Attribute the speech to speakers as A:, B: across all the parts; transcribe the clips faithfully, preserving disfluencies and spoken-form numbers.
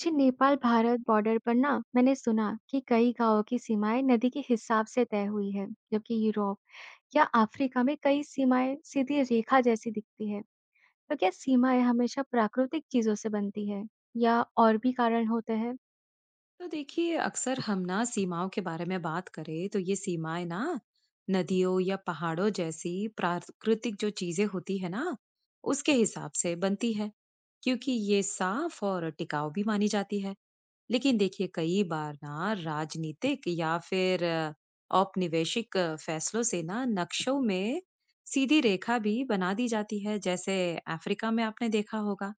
A: जी, Nepal-Bharat border पर ना मैंने सुना कि कई गांवों की सीमाएं नदी के हिसाब से तय हुई है, जबकि यूरोप या अफ्रीका में कई सीमाएं सीधी रेखा जैसी दिखती है। तो क्या सीमाएं हमेशा प्राकृतिक चीजों से बनती है या और भी कारण होते हैं?
B: तो देखिए अक्सर हम ना सीमाओं के बारे में बात करें तो ये सीमाएं ना नदियों या पहाड़ों जैसी प्राकृतिक जो चीजें होती है ना उसके हिसाब से बनती है क्योंकि ये साफ और टिकाऊ भी मानी जाती है। लेकिन देखिए कई बार ना राजनीतिक या फिर अ, औपनिवेशिक अ, फैसलों से ना नक्शों में सीधी रेखा भी बना दी जाती है, जैसे अफ्रीका में आपने देखा होगा।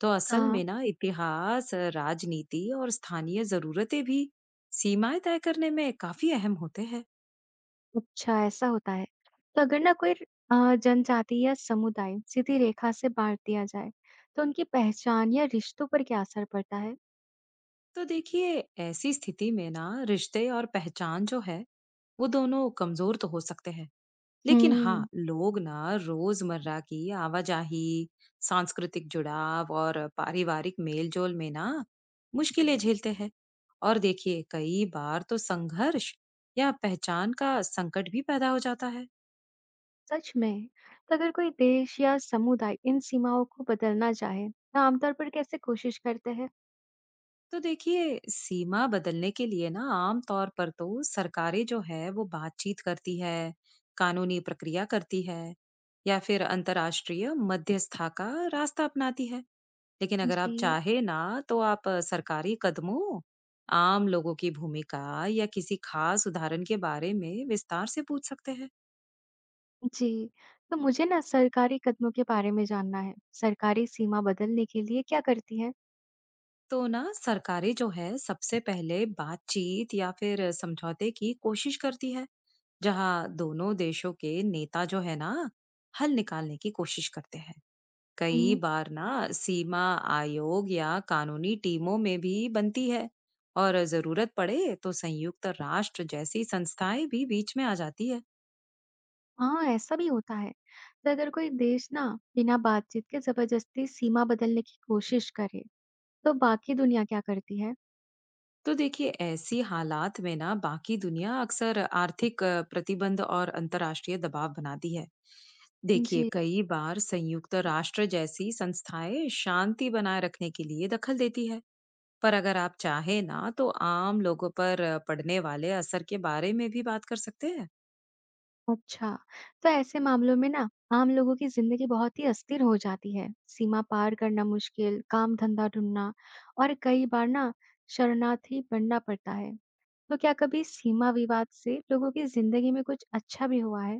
B: तो असल
A: हाँ,
B: में ना इतिहास, राजनीति और स्थानीय जरूरतें भी सीमाएं तय करने में काफी अहम होते हैं।
A: अच्छा ऐसा होता है। तो अगर ना कोई अ, जनजाति या समुदाय सीधी रेखा से बांट दिया जाए, तो उनकी पहचान या रिश्तों पर क्या असर पड़ता है?
B: तो देखिए ऐसी स्थिति में ना रिश्ते और पहचान जो है वो दोनों कमजोर तो हो सकते हैं, लेकिन हाँ
A: हम्म।
B: लोग ना रोजमर्रा की आवाजाही, सांस्कृतिक जुड़ाव और पारिवारिक मेलजोल में ना मुश्किलें झेलते हैं। और देखिए कई बार तो संघर्ष या पहचान का संकट भी पैदा हो जाता है।
A: सच में, तो अगर कोई देश या समुदाय इन सीमाओं को बदलना चाहे, तो आमतौर पर कैसे कोशिश करते हैं?
B: तो देखिए सीमा बदलने के लिए ना आम तौर पर तो सरकारें जो है वो बातचीत करती है, कानूनी प्रक्रिया करती है या फिर अंतर्राष्ट्रीय मध्यस्थता का रास्ता अपनाती है। लेकिन अगर आप
A: जी।
B: चाहे ना तो आप अ, सरकारी कदमों, आम लोगों की भूमिका या किसी खास उदाहरण के बारे में विस्तार से पूछ सकते हैं।
A: जी, तो मुझे ना सरकारी कदमों के बारे में जानना है। सरकारी सीमा बदलने के लिए क्या करती है?
B: तो ना सरकारें जो है सबसे पहले बातचीत या फिर समझौते की कोशिश करती है, जहां दोनों देशों के नेता जो है ना हल निकालने की कोशिश करते हैं। कई
A: हुँ।
B: बार ना सीमा आयोग या कानूनी टीमों में भी बनती है, और जरूरत पड़े तो संयुक्त राष्ट्र जैसी संस्थाएं भी बीच में आ जाती है।
A: हाँ, ऐसा भी होता है। तो अगर कोई देश ना बिना बातचीत के ज़बरदस्ती सीमा बदलने की कोशिश करे, तो बाकी दुनिया क्या करती है?
B: तो देखिए ऐसी हालात में ना बाकी दुनिया अक्सर आर्थिक अ, प्रतिबंध और अंतर्राष्ट्रीय दबाव बनाती है। देखिए
A: जी।
B: कई बार संयुक्त राष्ट्र जैसी संस्थाएं शांति बनाए रखने के लिए दखल देती है। पर अगर आप चाहे ना तो आम लोगों पर अ, पड़ने वाले असर के बारे में भी बात कर सकते हैं।
A: अच्छा, तो ऐसे मामलों में ना आम लोगों की जिंदगी बहुत ही अस्थिर हो जाती है। सीमा पार करना मुश्किल, काम धंधा ढूंढना और कई बार ना शरणार्थी बनना पड़ता है। तो क्या कभी सीमा विवाद से लोगों की जिंदगी में कुछ अच्छा भी हुआ है?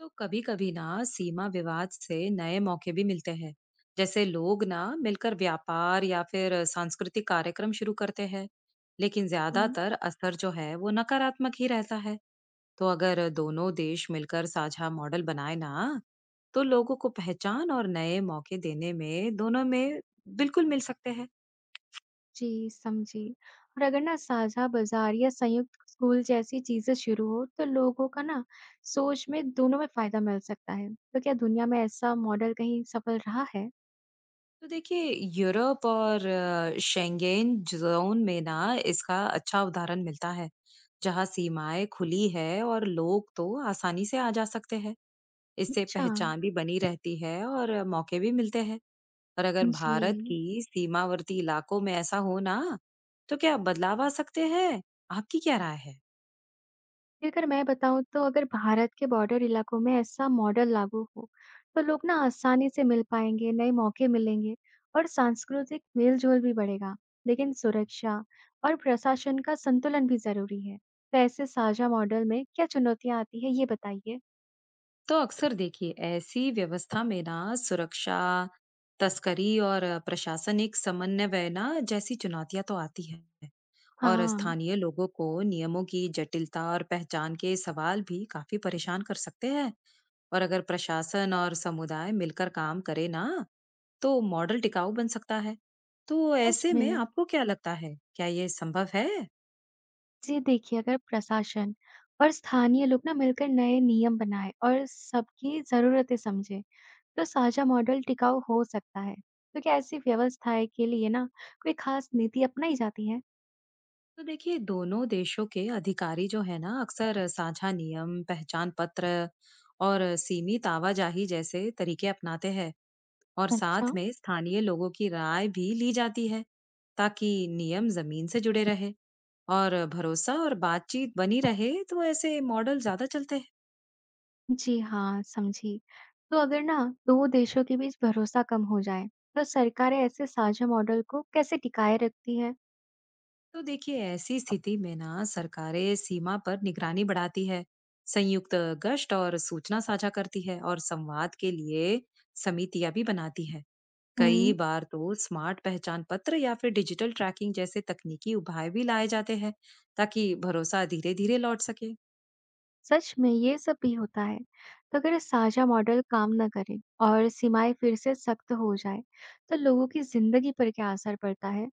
B: तो कभी कभी ना सीमा विवाद से नए मौके भी मिलते हैं, जैसे लोग ना मिलकर व्यापार या फिर सांस्कृतिक कार्यक्रम शुरू करते हैं, लेकिन
A: हुँ।
B: ज्यादातर असर जो है वो नकारात्मक ही रहता है। तो अगर दोनों देश मिलकर साझा मॉडल बनाए ना, तो लोगों को पहचान और नए मौके देने में दोनों में बिल्कुल मिल सकते हैं।
A: जी, समझी। और अगर ना साझा बाजार या संयुक्त स्कूल जैसी चीजें शुरू हो, तो लोगों का ना सोच में दोनों में फायदा मिल सकता है। तो क्या दुनिया में ऐसा मॉडल कहीं सफल रहा है?
B: तो देखिए यूरोप और अ, शेंगेन जोन में ना इसका अच्छा उदाहरण मिलता है, जहां सीमाएं खुली है और लोग तो आसानी से आ जा सकते हैं। इससे
A: अच्छा,
B: पहचान भी बनी रहती है और अ, मौके भी मिलते हैं। और अगर भारत
A: जी।
B: की सीमावर्ती इलाकों में ऐसा हो ना, तो क्या बदलाव आ सकते हैं? आपकी क्या राय है?
A: कि अगर मैं बताऊँ तो अगर भारत के बॉर्डर इलाकों में ऐसा मॉडल लागू हो, तो लोग ना आसानी से मिल पाएँगे, नए मौके मिलेंगे और सांस्कृतिक मेल-जोल भी बढ़ेगा। लेकिन सुरक्षा और प्रशासन का संतुलन भी ज़रूरी है। तो ऐसे साझा मॉडल में क्या चुनौतियाँ आती है, ये बताइए?
B: तो अक्सर देखिए ऐसी व्यवस्था में ना सुरक्षा, तस्करी और अ, प्रशासनिक समन्वय ना जैसी चुनौतियां तो आती है। और
A: हाँ,
B: स्थानीय लोगों को नियमों की जटिलता और पहचान के सवाल भी काफी परेशान कर सकते हैं। और अगर प्रशासन और समुदाय मिलकर काम करे ना, तो मॉडल टिकाऊ बन सकता है। तो
A: सच
B: ऐसे
A: में।
B: में आपको क्या लगता है, क्या ये संभव है?
A: जी देखिए, अगर प्रशासन और स्थानीय लोग ना मिलकर नए नियम बनाएँ और सबकी ज़रूरतें समझें, तो साझा मॉडल टिकाऊ हो सकता है। तो क्या ऐसी व्यवस्थाएं के लिए ना कोई खास नीति अपनाई जाती है?
B: तो देखिए दोनों देशों के अधिकारी जो है ना अक्सर साझा नियम, पहचान पत्र और सीमित आवाजाही जैसे तरीके अपनाते हैं, और
A: अच्छा।
B: साथ में स्थानीय लोगों की राय भी ली जाती है, ताकि नियम जमीन से जुड़े रहे और भरोसा और बातचीत बनी रहे। तो ऐसे मॉडल ज्यादा चलते हैं।
A: जी हाँ, समझी। तो अगर ना दो देशों के बीच भरोसा कम हो जाए, तो सरकारें ऐसे साझा मॉडल को कैसे टिकाए रखती है?
B: तो देखिए ऐसी स्थिति में ना सरकारें सीमा पर निगरानी बढ़ाती है, संयुक्त गश्त और सूचना साझा करती है, और संवाद के लिए समितियां भी बनाती है। कई
A: हम्म।
B: बार तो स्मार्ट पहचान पत्र या फिर डिजिटल ट्रैकिंग जैसे तकनीकी उपाय भी लाए जाते हैं, ताकि भरोसा धीरे धीरे लौट सके।
A: सच में ये सब भी होता है। तो अगर साझा मॉडल काम न करे और सीमाएं फिर से सख्त हो जाए तो लोगों की जिंदगी पर क्या असर पड़ता है?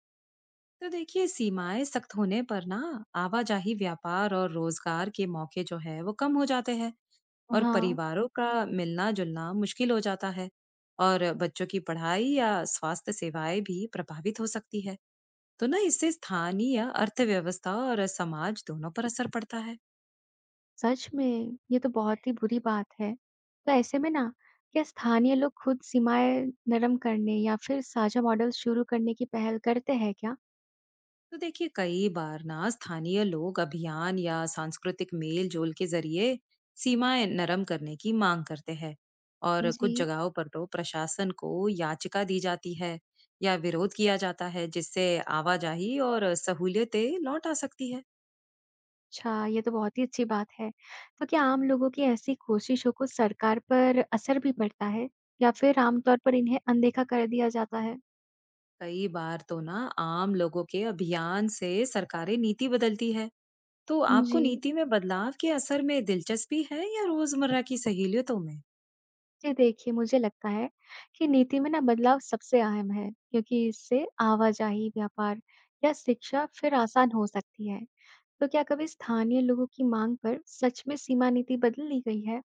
B: तो देखिए सीमाएं सख्त होने पर ना आवाजाही, व्यापार और रोजगार के मौके जो है वो कम हो जाते हैं, और
A: हाँ।
B: परिवारों का मिलना-जुलना मुश्किल हो जाता है। और बच्चों की पढ़ाई या स्वास्थ्य सेवाएं भी प्रभावित हो सकती है। तो ना इससे स्थानीय अर्थव्यवस्था और समाज दोनों पर असर पड़ता है।
A: सच में! ये तो बहुत ही बुरी बात है। तो ऐसे में ना, क्या स्थानीय लोग खुद सीमाएँ नरम करने या फिर साझा मॉडल शुरू करने की पहल करते हैं क्या?
B: तो देखिए कई बार ना स्थानीय लोग अभियान या सांस्कृतिक मेल जोल के जरिए सीमाएं नरम करने की मांग करते हैं, और
A: जी।
B: कुछ जगहों पर तो प्रशासन को याचिका दी जाती है या विरोध किया जाता है, जिससे आवाजाही और सहूलियतें लौट आ सकती है।
A: अच्छा, ये तो बहुत ही अच्छी बात है। तो क्या आम लोगों की ऐसी कोशिशों को सरकार पर असर भी पड़ता है या फिर आमतौर पर इन्हें अनदेखा कर दिया जाता है?
B: कई बार तो ना आम लोगों के अभियान से सरकारें नीति बदलती है। तो आपको
A: जी।
B: नीति में बदलाव के असर में दिलचस्पी है या रोजमर्रा की सहूलियतों में?
A: जी, देखिए मुझे लगता है कि नीति में ना बदलाव सबसे अहम है, क्योंकि इससे आवाजाही, व्यापार या शिक्षा फिर आसान हो सकती है। तो क्या कभी स्थानीय लोगों की मांग पर सच में सीमा नीति बदल दी गई है?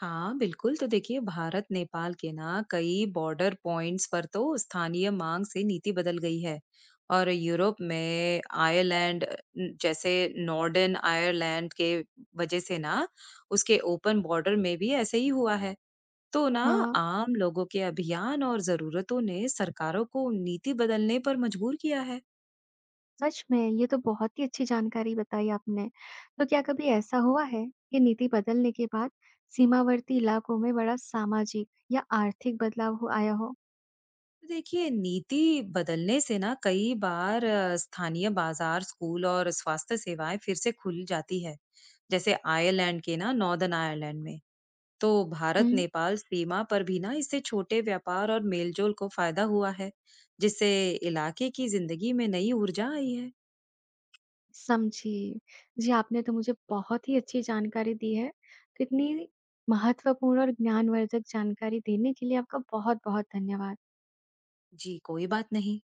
B: हाँ बिल्कुल, तो देखिए भारत नेपाल के ना कई बॉर्डर पॉइंट्स पर तो स्थानीय मांग से नीति बदल गई है। और यूरोप में आयरलैंड, अ, न- जैसे नॉर्डर्न आयरलैंड के वजह से ना उसके ओपन बॉर्डर में भी ऐसे ही हुआ है। तो ना
A: हाँ,
B: आम लोगों के अभियान और जरूरतों ने सरकारों को नीति बदलने पर मजबूर किया है।
A: सच में ये तो बहुत ही अच्छी जानकारी बताई आपने। तो क्या कभी ऐसा हुआ है कि नीति बदलने के बाद सीमावर्ती इलाकों में बड़ा सामाजिक या आर्थिक बदलाव हो आया हो?
B: तो देखिए नीति बदलने से ना कई बार अ, स्थानीय बाजार, स्कूल और स्वास्थ्य सेवाएं फिर से खुल जाती है, जैसे आयरलैंड के ना नॉर्दर्न आयरलैंड में। तो भारत
A: हुँ,
B: नेपाल सीमा पर भी ना इससे छोटे व्यापार और मेलजोल को फायदा हुआ है, जिससे इलाके की जिंदगी में नई ऊर्जा आई है।
A: समझी। जी, आपने तो मुझे बहुत ही अच्छी जानकारी दी है। तो इतनी महत्वपूर्ण और ज्ञानवर्धक जानकारी देने के लिए आपका बहुत-बहुत धन्यवाद।
B: जी कोई बात नहीं।